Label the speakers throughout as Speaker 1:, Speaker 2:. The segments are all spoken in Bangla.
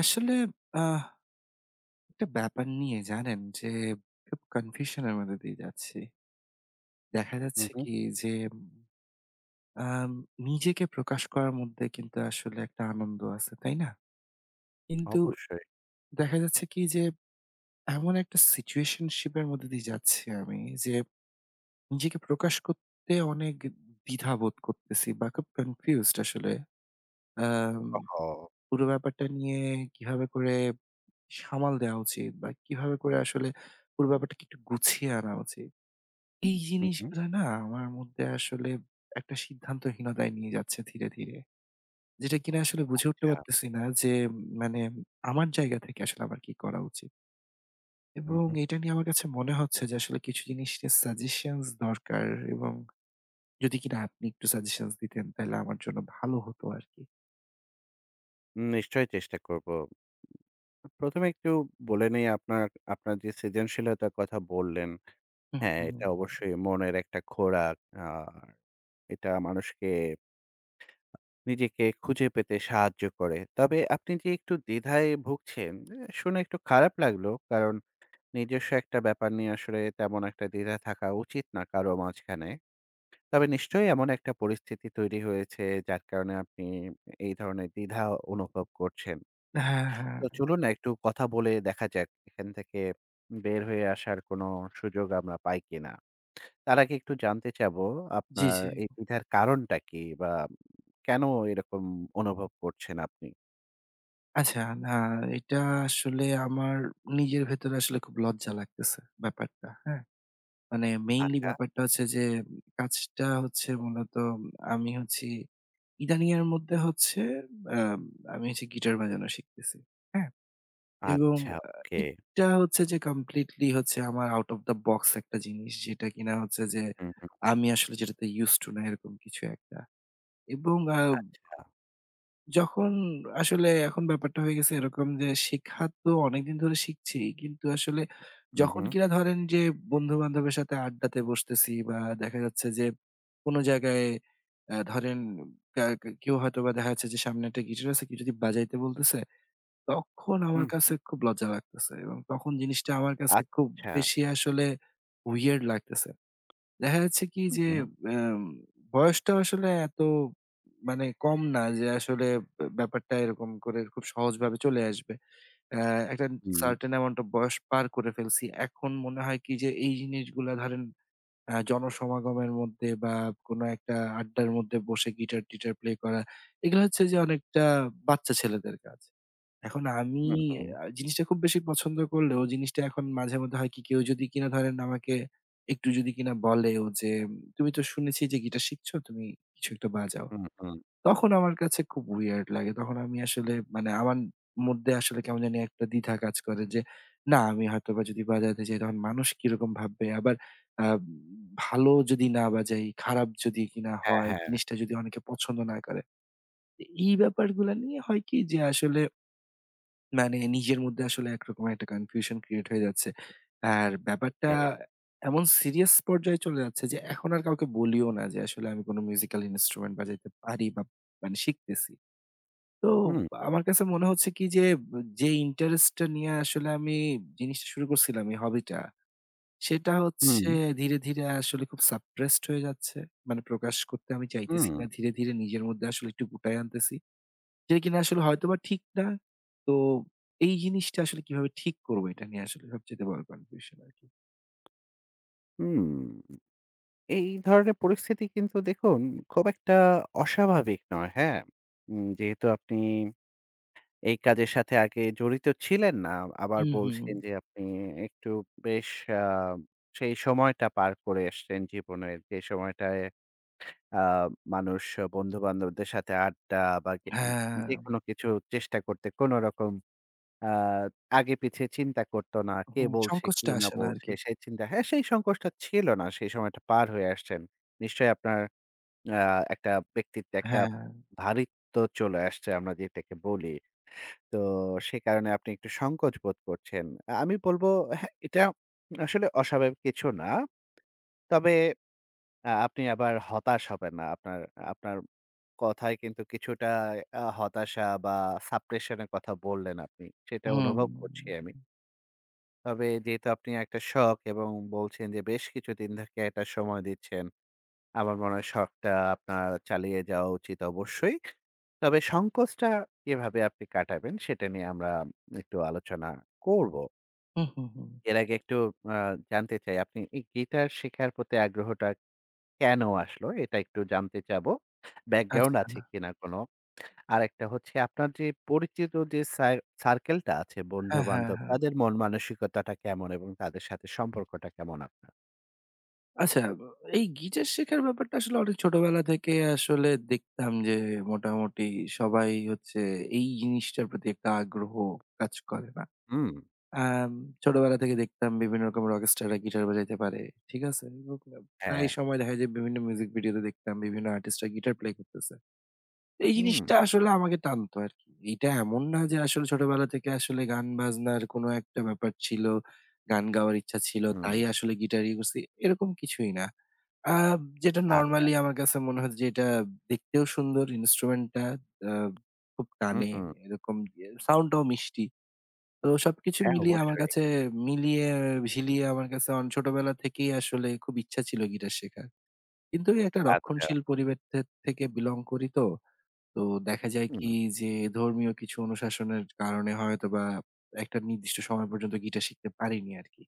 Speaker 1: আসলে আহ একটা ব্যাপার নিয়ে জানেন যে খুব কনফিউশন এর মধ্যে দিয়ে যাচ্ছি। দেখা
Speaker 2: হুম,
Speaker 1: যাচ্ছে
Speaker 2: হুম।
Speaker 1: কি যে আম নিজেকে প্রকাশ করার মধ্যে কিন্তু আসলে একটা আনন্দ আছে, তাই না? কিন্তু
Speaker 2: অবশ্যই।
Speaker 1: দেখা যাচ্ছে কি যে এমন একটা সিচুয়েশনশিপ এর মধ্যে দিয়ে যাচ্ছি আমি যে নিজেকে প্রকাশ করতে অনেক দ্বিধাবোধ করতেছি বা খুব কনফিউজড আসলে। আম
Speaker 2: ওহহো!
Speaker 1: পুরো ব্যাপারটা নিয়ে কিভাবে করে সামাল দেওয়া উচিত বা কিভাবে করে আসলে পুরো ব্যাপারটাকে একটু গুছিয়ে আনা উচিত? এই
Speaker 2: হুম, হুম,
Speaker 1: জিনিসগুলো না আমার মধ্যে আসলে একটা সিদ্ধান্তহীনতায় নিয়ে যাচ্ছে ধীরে, ধীরে। যেটা কিনা আসলে বুঝে উঠতে পারতেছি না যে মানে আমার জায়গা থেকে আসলে আমার কি করা উচিত?
Speaker 2: হুম,
Speaker 1: এবং
Speaker 2: হুম।
Speaker 1: এটা নিয়ে আমার কাছে মনে হচ্ছে যে আসলে কিছু জিনিসের সাজেশনস দরকার এবং যদি কিনা আপনি একটু সাজেশনস দিতেন তাহলে আমার জন্য ভালো হতো আরকি।
Speaker 2: নিশ্চয়ই চেষ্টা করব। ১ম এ একটু বলে নেই আপনার আপনার যে সৃজনশীলতার কথা বললেন,
Speaker 1: হুম,
Speaker 2: হ্যাঁ,
Speaker 1: হুম।
Speaker 2: এটা অবশ্যই মনের একটা খোরাক। আর এটা মানুষকে নিজেকে খুঁজে পেতে সাহায্য করে। তবে আপনি যে একটু দ্বিধায় ভুগছেন, এ শুনে একটু খারাপ লাগলো। কারণ নিজস্ব একটা ব্যাপার নিয়ে আসলে তেমন একটা দ্বিধা থাকা উচিত না কারো মাঝখানে। তবে নিশ্চয়ই এমন একটা পরিস্থিতি তৈরি হয়েছে যার কারণে আপনি এই ধরনের দ্বিধা অনুভব করছেন।
Speaker 1: হ্যাঁ, হ্যাঁ।
Speaker 2: তো চলুন না একটু কথা বলে দেখা যাক এখান থেকে বের হয়ে আসার কোনো সুযোগ আমরা পাই কিনা। তার আগে একটু জানতে চাবো
Speaker 1: জি,
Speaker 2: আপনার
Speaker 1: জি।
Speaker 2: এই দ্বিধার কারণটা কি? বা কেন এরকম অনুভব করছেন আপনি?
Speaker 1: আচ্ছা, না এটা আসলে আমার নিজের ভেতরে আসলে খুব লজ্জা লাগতেছে ব্যাপারটা। হ্যাঁ? মানে মেইনলি
Speaker 2: আচ্ছা,
Speaker 1: ব্যাপারটা হচ্ছে যে কাজটা হচ্ছে মূলত আমি হচ্ছি ইদানিং এর মধ্যে হচ্ছে আম আমি হচ্ছে গিটার বাজানো শিখতেছি। হ্যাঁ? এবং
Speaker 2: আচ্ছা
Speaker 1: আ
Speaker 2: ওকে।
Speaker 1: এটা হচ্ছে যে কমপ্লিটলি হচ্ছে আমার আউট অফ দ্য বক্স একটা জিনিস যেটা কিনা হচ্ছে যে
Speaker 2: হুম, হুম।
Speaker 1: আমি আসলে যেটাতে ইউজড টু না এরকম কিছু একটা। এবং
Speaker 2: আ
Speaker 1: যখন আসলে এখন ব্যাপারটা হয়ে গেছে এরকম যে শিক্ষা তো অনেকদিন ধরে শিখছি। কিন্তু আসলে
Speaker 2: হুম,
Speaker 1: যখন
Speaker 2: হুম,
Speaker 1: কিনা ধরেন যে বন্ধু-বান্ধবের সাথে আড্ডাতে বসতেছি বা দেখা যাচ্ছে যে কোন জায়গায় ধরেন কা কা কেউ হয়তোবা দেখা যাচ্ছে যে সামনে একটা গিটার আছে, কেউ যদি বাজাইতে বলতেছে, তখন আমার কাছে
Speaker 2: হুম।
Speaker 1: খুব লজ্জা লাগতেছে এবং তখন জিনিসটা আমার কাছে খুব
Speaker 2: আচ্ছা।
Speaker 1: বেশি আসলে weird লাগতেছে। দেখা যাচ্ছে কি
Speaker 2: হুম,
Speaker 1: যে
Speaker 2: হুম,
Speaker 1: আম বয়সটা আসলে এত মানে কম না যে আসলে ব্যাপারটা এরকম করে খুব সহজভাবে চলে আসবে। আ একটা
Speaker 2: হুম,
Speaker 1: সার্টেন অ্যামাউন্ট অফ বয়স পার করে ফেলছি। এখন মনে হয় কি যে এই জিনিসগুলা ধরেন জনসমাগমের মধ্যে বা কোনো একটা আড্ডার মধ্যে বসে গিটার-টিটার প্লে করা। এগুলো হচ্ছে যে অনেকটা বাচ্চা ছেলেদের কাজ। এখন আমি
Speaker 2: হুম, হুম,
Speaker 1: জিনিসটা খুব বেশি পছন্দ করলেও জিনিসটা এখন মাঝে মধ্যে হয় কি কেউ যদি কিনা ধরেন আমাকে একটু যদি কিনা বলেও যে, "তুমি তো শুনেছি যে গিটার শিখছো, তুমি কিছু একটা বাজাও।"
Speaker 2: হুম, হুম।
Speaker 1: তখন আমার কাছে খুব weird লাগে। তখন আমি আসলে মানে আমার মধ্যে আসলে কেমন জানি একটা দ্বিধা কাজ করে যে, না আমি হয়তোবা যদি বাজাতে যাই তখন মানুষ কিরকম ভাববে? আবার আ ভালো যদি না বাজাই, খারাপ যদি কিনা
Speaker 2: হ্যাঁ,
Speaker 1: হয়,
Speaker 2: হ্যাঁ।
Speaker 1: জিনিসটা যদি অনেকে পছন্দ না করে। তো এই ব্যাপারগুলা নিয়ে হয় কি যে আসলে মানে নিজের মধ্যে আসলে একরকম একটা কনফিউশন ক্রিয়েট হয়ে যাচ্ছে। আর ব্যাপারটা
Speaker 2: ওকে।
Speaker 1: এমন সিরিয়াস পর্যায়ে চলে যাচ্ছে যে এখন আর কাউকে বলিও না যে আসলে আমি কোন মিউজিক্যাল ইন্সট্রুমেন্ট বাজাইতে পারি বা মানে শিখতেছি। তো
Speaker 2: হুম,
Speaker 1: আমার কাছে মনে হচ্ছে কি যে, যে ইন্টারেস্টটা নিয়ে আসলে আমি জিনিসটা শুরু করছিলাম এই হবিটা, সেটা
Speaker 2: হুম,
Speaker 1: হচ্ছে ধীরে, ধীরে আসলে খুব সাপ্রেসড হয়ে যাচ্ছে। মানে প্রকাশ করতে আমি
Speaker 2: হুম।
Speaker 1: চাইতেছি না। ধীরে, ধীরে নিজের মধ্যে আসলে একটু গুটায়ে আনতেছি। যেটা কিনা আসলে হয়তোবা ঠিক না। তো এই জিনিসটা আসলে কিভাবে ঠিক করবো এটা নিয়ে আসলে সবচাইতে বড় কনফিউশন আরকি।
Speaker 2: হুম, এই ধরনের পরিস্থিতি কিন্তু দেখুন খুব একটা অস্বাভাবিক নয়, হ্যাঁ? যেহেতু আপনি এই কাজের সাথে আগে জড়িত ছিলেন না, আবার
Speaker 1: হুম, হুম।
Speaker 2: বলছেন যে আপনি একটু বেশ আ সেই সময়টা পার করে এসছেন জীবনের। যে সময়টায় আ মানুষ বন্ধু-বান্ধবদের সাথে আড্ডা বা
Speaker 1: হ্যাঁ,
Speaker 2: যেকোনো কিছু চেষ্টা করতে কোনরকম আ আগে পিছে চিন্তা করত না। কে
Speaker 1: হুম,
Speaker 2: বলছে, কি
Speaker 1: সংকোচটা
Speaker 2: না
Speaker 1: আসে না
Speaker 2: বলছে
Speaker 1: আরকি।
Speaker 2: সেই চিন্তা, হ্যাঁ, সেই সংকোচটা ছিল না। সেই সময়টা পার হয়ে আসছেন। নিশ্চয়ই আপনার আ একটা ব্যক্তিত্বে একটা
Speaker 1: হ্যাঁ,
Speaker 2: ভারিত্ব চলে আসছে আমরা যেটাকে বলি। তো সে কারণে আপনি একটু সংকোচ বোধ করছেন। আমি বলব হ্যাঁ, এটা আসলে অস্বাভাবিক কিছু না। তবে আপনি আবার হতাশ হবেন না। আপনার আপনার কথায় কিন্তু কিছুটা হতাশা বা সাপ্রেশন এর কথা বললেন আপনি। সেটা
Speaker 1: হুম,
Speaker 2: অনুভব করছি আমি। তবে যেহেতু আপনি একটা শখ এবং বলছেন যে বেশ কিছুদিন থেকে একটা সময় দিচ্ছেন, আমার মনে হয় শখটা আপনার চালিয়ে যাওয়া উচিত অবশ্যই। তবে সংকোচটা কিভাবে আপনি কাটাবেন সেটা নিয়ে আমরা একটু আলোচনা করব।
Speaker 1: হুম, হুম, হুম।
Speaker 2: এর আগে একটু আ জানতে চাই আপনি এই গিটার শেখার প্রতি আগ্রহটা কেন আসলো? এটা একটু জানতে চাবো। ব্যাকগ্রাউন্ড
Speaker 1: আচ্ছা।
Speaker 2: আছে কিনা কোন? আরেকটা হচ্ছে আপনার যে পরিচিত যে সার্কেলটা আছে
Speaker 1: হ্যাঁ, হ্যাঁ,
Speaker 2: বন্ধু-বান্ধব,
Speaker 1: হ্যাঁ।
Speaker 2: তাদের মন মানসিকতাটা কেমন এবং তাদের সাথে সম্পর্কটা কেমন আপনার?
Speaker 1: আচ্ছা, এই গিটার শেখার ব্যাপারটা আসলে অনেক ছোটবেলা থেকে আসলে দেখতাম যে মোটামুটি সবাই হচ্ছে এই জিনিসটার প্রতি একটা আগ্রহ কাজ করে না।
Speaker 2: হুম।
Speaker 1: আম ছোটবেলা থেকে দেখতাম বিভিন্ন রকম রকস্টাররা গিটার বাজাইতে পারে। ঠিক আছে? এবং প্রায়
Speaker 2: হ্যাঁ।
Speaker 1: সময় দেখা যায় বিভিন্ন মিউজিক ভিডিওতে দেখতাম বিভিন্ন আর্টিস্টরা গিটার প্লে করতেছে। এই
Speaker 2: হুম,
Speaker 1: জিনিসটা আসলে আমাকে টানতো আরকি। এটা এমন না যে আসলে ছোটবেলা থেকে আসলে গান-বাজনার কোনো একটা ব্যাপার ছিল, গান গাওয়ার ইচ্ছা ছিল,
Speaker 2: হুম।
Speaker 1: তাই আসলে গিটার ইয়ে করছি, এরকম কিছুই না। আ যেটা
Speaker 2: আচ্ছা।
Speaker 1: নরমালি আমার কাছে মনে হয় যে এটা দেখতেও সুন্দর ইন্সট্রুমেন্টটা, আ খুব
Speaker 2: হুম,
Speaker 1: টানে
Speaker 2: হুম।
Speaker 1: এরকম ইয়ে সাউন্ডটাও মিষ্টি। তো সবকিছু
Speaker 2: হ্যাঁ,
Speaker 1: মিলিয়ে আমার
Speaker 2: অবশ্যই।
Speaker 1: কাছে মিলিয়ে ঝিলিয়ে আমার কাছে ছোটবেলা থেকেই আসলে খুব ইচ্ছা ছিল গিটার শেখার। কিন্তু ওই একটা
Speaker 2: আচ্ছা।
Speaker 1: রক্ষণশীল পরিবেশ থেকে বিলং করি তো। তো দেখা যায়
Speaker 2: হুম।
Speaker 1: কি যে ধর্মীয় কিছু অনুশাসনের কারণে হয়তোবা একটা নির্দিষ্ট সময় পর্যন্ত গিটার শিখতে পারিনি আরকি।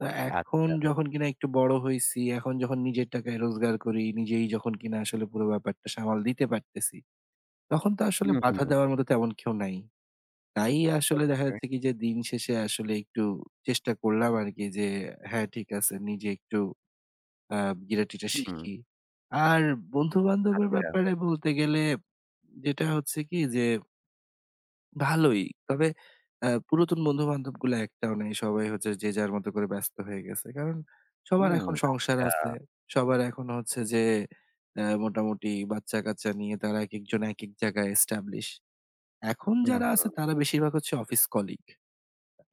Speaker 1: তো এখন
Speaker 2: আচ্ছা।
Speaker 1: যখন কিনা একটু বড় হইছি, এখন যখন নিজের টাকায় রোজগার করি, নিজেই যখন কিনা আসলে পুরো ব্যাপারটা সামাল দিতে পারতেছি, তখন তো আসলে
Speaker 2: হুম, হুম,
Speaker 1: বাধা
Speaker 2: হুম।
Speaker 1: দেওয়ার মতো তেমন কেউ নাই। তাই আসলে দেখা
Speaker 2: অবশ্যই।
Speaker 1: যাচ্ছে কি যে দিন শেষে আসলে একটু চেষ্টা করলাম আরকি যে হ্যাঁ, ঠিক আছে নিজে একটু আ গিটার-টিটার
Speaker 2: হুম।
Speaker 1: শিখি। আর বন্ধু-বান্ধবের
Speaker 2: আচ্ছা।
Speaker 1: ব্যাপারে বলতে গেলে যেটা হচ্ছে কি যে ভালোই। তবে পুরাতন বন্ধু-বান্ধবগুলো একটাও নেই। সবাই হচ্ছে যে যার মতো করে ব্যস্ত হয়ে গেছে। কারণ সবার
Speaker 2: হুম।
Speaker 1: এখন সংসার
Speaker 2: আচ্ছা।
Speaker 1: আছে। সবার এখন হচ্ছে যে মোটামুটি বাচ্চা-কাচ্চা নিয়ে তারা একেকজন একেক জায়গায় established। এখন
Speaker 2: হুম,
Speaker 1: যারা আছে
Speaker 2: হুম।
Speaker 1: তারা বেশিরভাগ হচ্ছে অফিস কলিগ।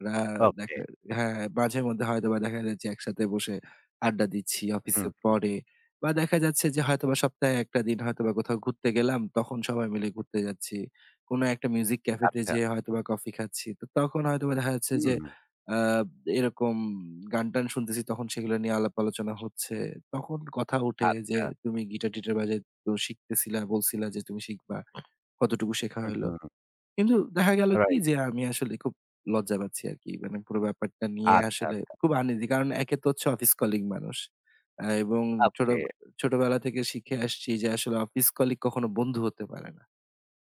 Speaker 1: রা
Speaker 2: ওকে।
Speaker 1: দেখা হ্যাঁ, মাঝে মধ্যে হয়তোবা দেখা যাচ্ছে একসাথে বসে আড্ডা দিচ্ছি
Speaker 2: হুম,
Speaker 1: অফিসের
Speaker 2: হুম।
Speaker 1: পরে বা দেখা যাচ্ছে যে হয়তোবা সপ্তাহে একটা দিন হয়তোবা কোথাও ঘুরতে গেলাম, তখন সবাই মিলে ঘুরতে যাচ্ছি। কোনো একটা মিউজিক ক্যাফেতে
Speaker 2: আচ্ছা।
Speaker 1: যেয়ে হয়তোবা কফি খাচ্ছি। তো তখন হয়তোবা দেখা যাচ্ছে যে
Speaker 2: হুম।
Speaker 1: আ এরকম গান-টান শুনতেছি তখন সেগুলো নিয়ে আলাপ আলোচনা হচ্ছে। তখন কথা উঠে যে
Speaker 2: আচ্ছা।
Speaker 1: তুমি গিটার-টিটার বাজায় তো শিখতেছিলা, বলছিলা যে তুমি শিখবা। কতটুকু শেখা
Speaker 2: হুম,
Speaker 1: হইল?
Speaker 2: হুম।
Speaker 1: কিন্তু দেখা গেল কি
Speaker 2: রাইট।
Speaker 1: যে আমি আসলে খুব লজ্জা পাচ্ছি আরকি। মানে পুরো ব্যাপারটা নিয়ে
Speaker 2: আচ্ছা,
Speaker 1: আসলে
Speaker 2: আচ্ছা।
Speaker 1: খুব আনইজি। কারণ একে তো হচ্ছে অফিস কলিগ মানুষ। এবং ছোট
Speaker 2: ওকে।
Speaker 1: ছোটবেলা থেকে শিখে আসছি যে আসলে অফিস কলিগ কখনো বন্ধু হতে পারে না।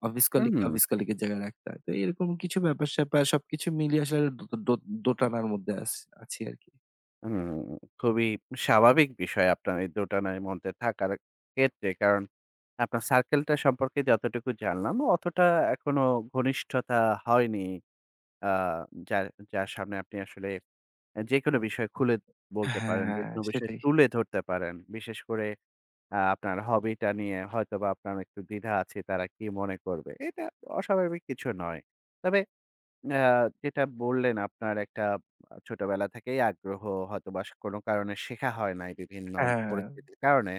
Speaker 1: অফিস কলিগকে
Speaker 2: হুম।
Speaker 1: অফিস কলিগের জায়গায় রাখতে হয়। তো এরকম কিছু ব্যাপার-স্যাপার সবকিছু মিলিয়ে আসলে দো দো দোটানার মধ্যে আছি আরকি।
Speaker 2: হুম, খুবই স্বাভাবিক বিষয় আপনার এই দোটানার মধ্যে থাকার ক্ষেত্রে। কারণ আপনার সার্কেলটা সম্পর্কে যতটুকু জানলাম অতটা এখনো ঘনিষ্ঠতা হয়নি। আ যার যার সামনে আপনি আসলে যেকোনো বিষয় খুলে বলতে পারেন,
Speaker 1: হ্যাঁ,
Speaker 2: যেকোনো বিষয়
Speaker 1: সেটাই।
Speaker 2: তুলে ধরতে পারেন। বিশেষ করে আপনার হবিটা নিয়ে হয়তোবা আপনার একটু দ্বিধা আছে তারা কি মনে করবে। এটা অস্বাভাবিক কিছু নয়। তবে আ যেটা বললেন আপনার একটা ছোটবেলা থেকেই আগ্রহ হয়তোবা কোনো কারণে শেখা হয় নাই বিভিন্ন
Speaker 1: হ্যাঁ।
Speaker 2: পরিস্থিতির কারণে।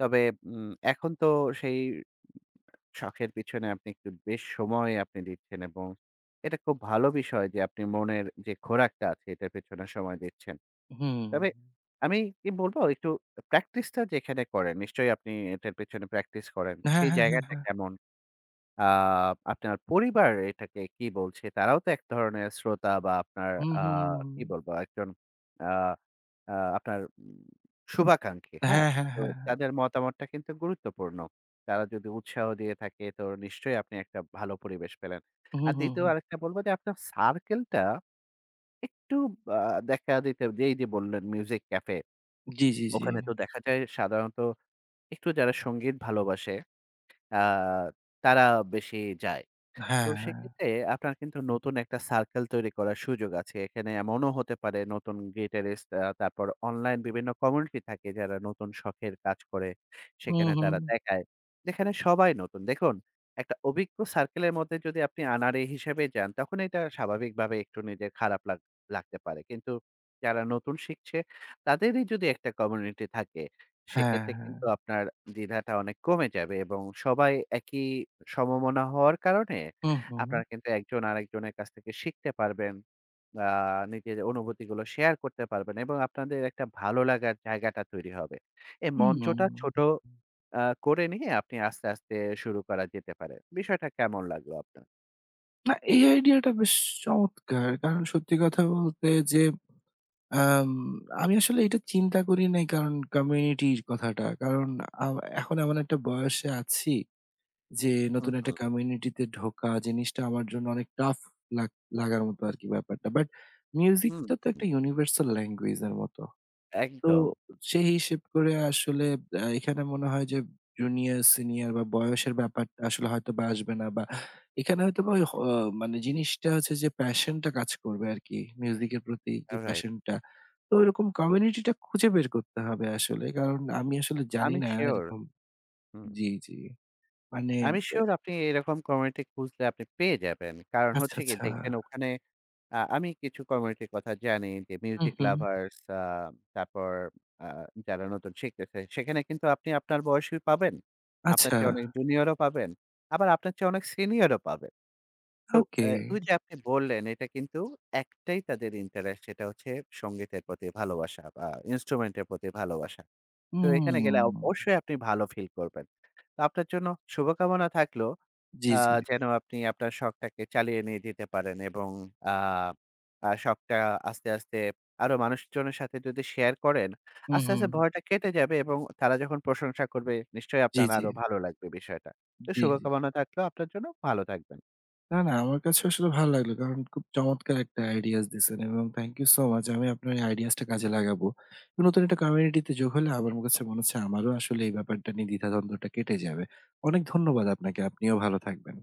Speaker 2: তবে এখন তো সেই শখের পিছনে আপনি একটু বেশ সময় আপনি দিচ্ছেন এবং এটা খুব ভালো বিষয় যে আপনি মনের যে খোরাকটা আছে এটার পেছনে সময় দিচ্ছেন।
Speaker 1: হুম।
Speaker 2: তবে আমি কি বলব, একটু প্র্যাকটিসটা যেখানে করেন নিশ্চয়ই আপনি এটার পেছনে প্র্যাকটিস করেন।
Speaker 1: হ্যাঁ,
Speaker 2: সেই
Speaker 1: হ্যাঁ,
Speaker 2: জায়গাটা
Speaker 1: হ্যাঁ।
Speaker 2: কেমন? আ আপনার পরিবার এটাকে কি বলছে? তারাও তো এক ধরনের শ্রোতা বা আপনার
Speaker 1: হুম, হুম, হুম।
Speaker 2: কি বলবো? একজন আ আ আপনার শুভাকাঙ্ক্ষী, হ্যাঁ?
Speaker 1: হ্যাঁ, হ্যাঁ,
Speaker 2: তো
Speaker 1: হ্যাঁ।
Speaker 2: তাদের মতামতটা কিন্তু গুরুত্বপূর্ণ। তারা যদি উৎসাহ দিয়ে থাকে তো নিশ্চয়ই আপনি একটা ভালো পরিবেশ পেলেন।
Speaker 1: হুম,
Speaker 2: আর
Speaker 1: হুম,
Speaker 2: ২য়
Speaker 1: হুম।
Speaker 2: আরেকটা বলব যে আপনার সার্কেলটা একটু আ দেখা দিতে, যেই যে বললেন মিউজিক ক্যাফে,
Speaker 1: জি, জি, জি।
Speaker 2: ওখানে তো দেখা যায় সাধারণত একটু যারা সঙ্গীত ভালোবাসে আ তারা বেশি যায়। তো
Speaker 1: হ্যাঁ, হ্যাঁ।
Speaker 2: সেক্ষেত্রে আপনার কিন্তু নতুন একটা সার্কেল তৈরি করার সুযোগ আছে। এখানে এমনও হতে পারে নতুন গিটারিস্ট, তারপর অনলাইন বিভিন্ন কমিউনিটি থাকে যারা নতুন শখের কাজ করে।
Speaker 1: হুম,
Speaker 2: সেখানে
Speaker 1: হুম।
Speaker 2: তারা দেখায়। যেখানে সবাই নতুন। দেখুন, একটা অভিজ্ঞ সার্কেলের মধ্যে যদি আপনি আনাড়ি হিসেবে যান তখন এটা স্বাভাবিকভাবে একটু নিজের খারাপ লাগতে পারে। কিন্তু যারা নতুন শিখছে তাদেরই যদি একটা কমিউনিটি থাকে
Speaker 1: হ্যাঁ,
Speaker 2: সেক্ষেত্রে কিন্তু
Speaker 1: হ্যাঁ।
Speaker 2: আপনার দ্বিধাটা অনেক কমে যাবে এবং সবাই একই সমমনা হওয়ার কারণে
Speaker 1: হুম, হুম।
Speaker 2: আপনারা কিন্তু একজন আরেকজনের কাছ থেকে শিখতে পারবেন। আ নিজের অনুভূতিগুলো শেয়ার করতে পারবেন এবং আপনাদের একটা ভালো লাগার জায়গাটা তৈরি হবে। এই
Speaker 1: হুম।
Speaker 2: মঞ্চটা ছোট আ করে নিয়ে আপনি আস্তে, আস্তে শুরু করা যেতে পারে। বিষয়টা কেমন লাগলো আপনার?
Speaker 1: না এই আইডিয়াটা বেশ চমৎকার। কারণ সত্যি কথা বলতে যে আম আমি আসলে এটা চিন্তা করি নাই কারণ কমিউনিটির কথাটা। কারণ আ এখন এমন একটা বয়সে আছি যে
Speaker 2: হুম,
Speaker 1: নতুন একটা
Speaker 2: হুম,
Speaker 1: কমিউনিটিতে ঢোকা জিনিসটা আমার জন্য অনেক টাফ লাগ লাগার মতো আরকি ব্যাপারটা। বাট
Speaker 2: হুম,
Speaker 1: মিউজিকটা তো
Speaker 2: হুম।
Speaker 1: একটা ইউনিভার্সাল ল্যাঙ্গুয়েজ এর মতো। তো
Speaker 2: একদম।
Speaker 1: সেই হিসেব করে আসলে এখানে মনে হয় যে জুনিয়র, সিনিয়র বা বয়সের ব্যাপারটা আসলে হয়তোবা আসবে না বা এখানে হয়তোবা ওই
Speaker 2: হুম।
Speaker 1: মানে জিনিসটা হচ্ছে যে প্যাশন টা কাজ করবে আরকি। মিউজিকের প্রতি যে
Speaker 2: রাইট।
Speaker 1: প্যাশন টা। তো ওইরকম কমিউনিটিটা খুঁজে বের করতে হবে আসলে। কারণ আমি আসলে জানি
Speaker 2: আমি
Speaker 1: না
Speaker 2: সিউর।
Speaker 1: এরকম।
Speaker 2: হুম,
Speaker 1: জি, জি। মানে
Speaker 2: আমি
Speaker 1: এ
Speaker 2: সিউর আপনি এরকম কমিউনিটি খুঁজলে আপনি পেয়ে যাবেন। কারণ
Speaker 1: আচ্ছা,
Speaker 2: হচ্ছে কি
Speaker 1: আচ্ছা।
Speaker 2: দেখবেন ওখানে আমি কিছু কমিউনিটির কথা জানি যে
Speaker 1: হুম,
Speaker 2: মিউজিক
Speaker 1: হুম।
Speaker 2: লাভার্স, তারপর আ যারা নতুন শিখতেছে সেখানে কিন্তু আপনি আপনার বয়সী পাবেন। আপনার
Speaker 1: আচ্ছা,
Speaker 2: চেয়ে অনেক জুনিয়রও পাবেন। আবার আপনার চেয়ে অনেক সিনিয়রও পাবেন। তো
Speaker 1: ওকে।
Speaker 2: এ ওই যে আপনি বললেন, এটা কিন্তু একটাই তাদের ইন্টারেস্ট, সেটা হচ্ছে সংগীতের প্রতি ভালোবাসা বা ইন্সট্রুমেন্টের প্রতি ভালোবাসা। তো এখানে গেলে
Speaker 1: হুম।
Speaker 2: অবশ্যই আপনি ভালো ফিল করবেন। তো আপনার জন্য শুভকামনা থাকলো।
Speaker 1: জি,
Speaker 2: আ
Speaker 1: জি।
Speaker 2: যেন আপনি আপনার শখটাকে চালিয়ে নিয়ে যেতে পারেন এবং আ আ শখটা আস্তে, আস্তে আরো মানুষজনের সাথে যদি শেয়ার করেন,
Speaker 1: হুম,
Speaker 2: আস্তে,
Speaker 1: হুম।
Speaker 2: আস্তে ভয়টা কেটে যাবে এবং তারা যখন প্রশংসা করবে নিশ্চয়ই
Speaker 1: জি,
Speaker 2: আপনার
Speaker 1: জি।
Speaker 2: আরো ভালো লাগবে বিষয়টা। তো
Speaker 1: জি, জি।
Speaker 2: শুভকামনা থাকলো আপনার জন্য। ভালো থাকবেন।
Speaker 1: না, না আমার কাছে আসলে ভালো লাগলো। কারণ খুব চমৎকার একটা আইডিয়াস দিছেন এবং থ্যাংক ইউ সো মাচ। আমি আপনার এই আইডিয়াসটা কাজে লাগাবো। তো নতুন একটা কমিউনিটিতে যোগ হলে আমার কাছে মনে হচ্ছে আমারও আসলে এই ব্যাপারটা নিয়ে দ্বিধাদ্বন্দ্বটা কেটে যাবে। অনেক ধন্যবাদ আপনাকে। আপনিও ভালো থাকবেন।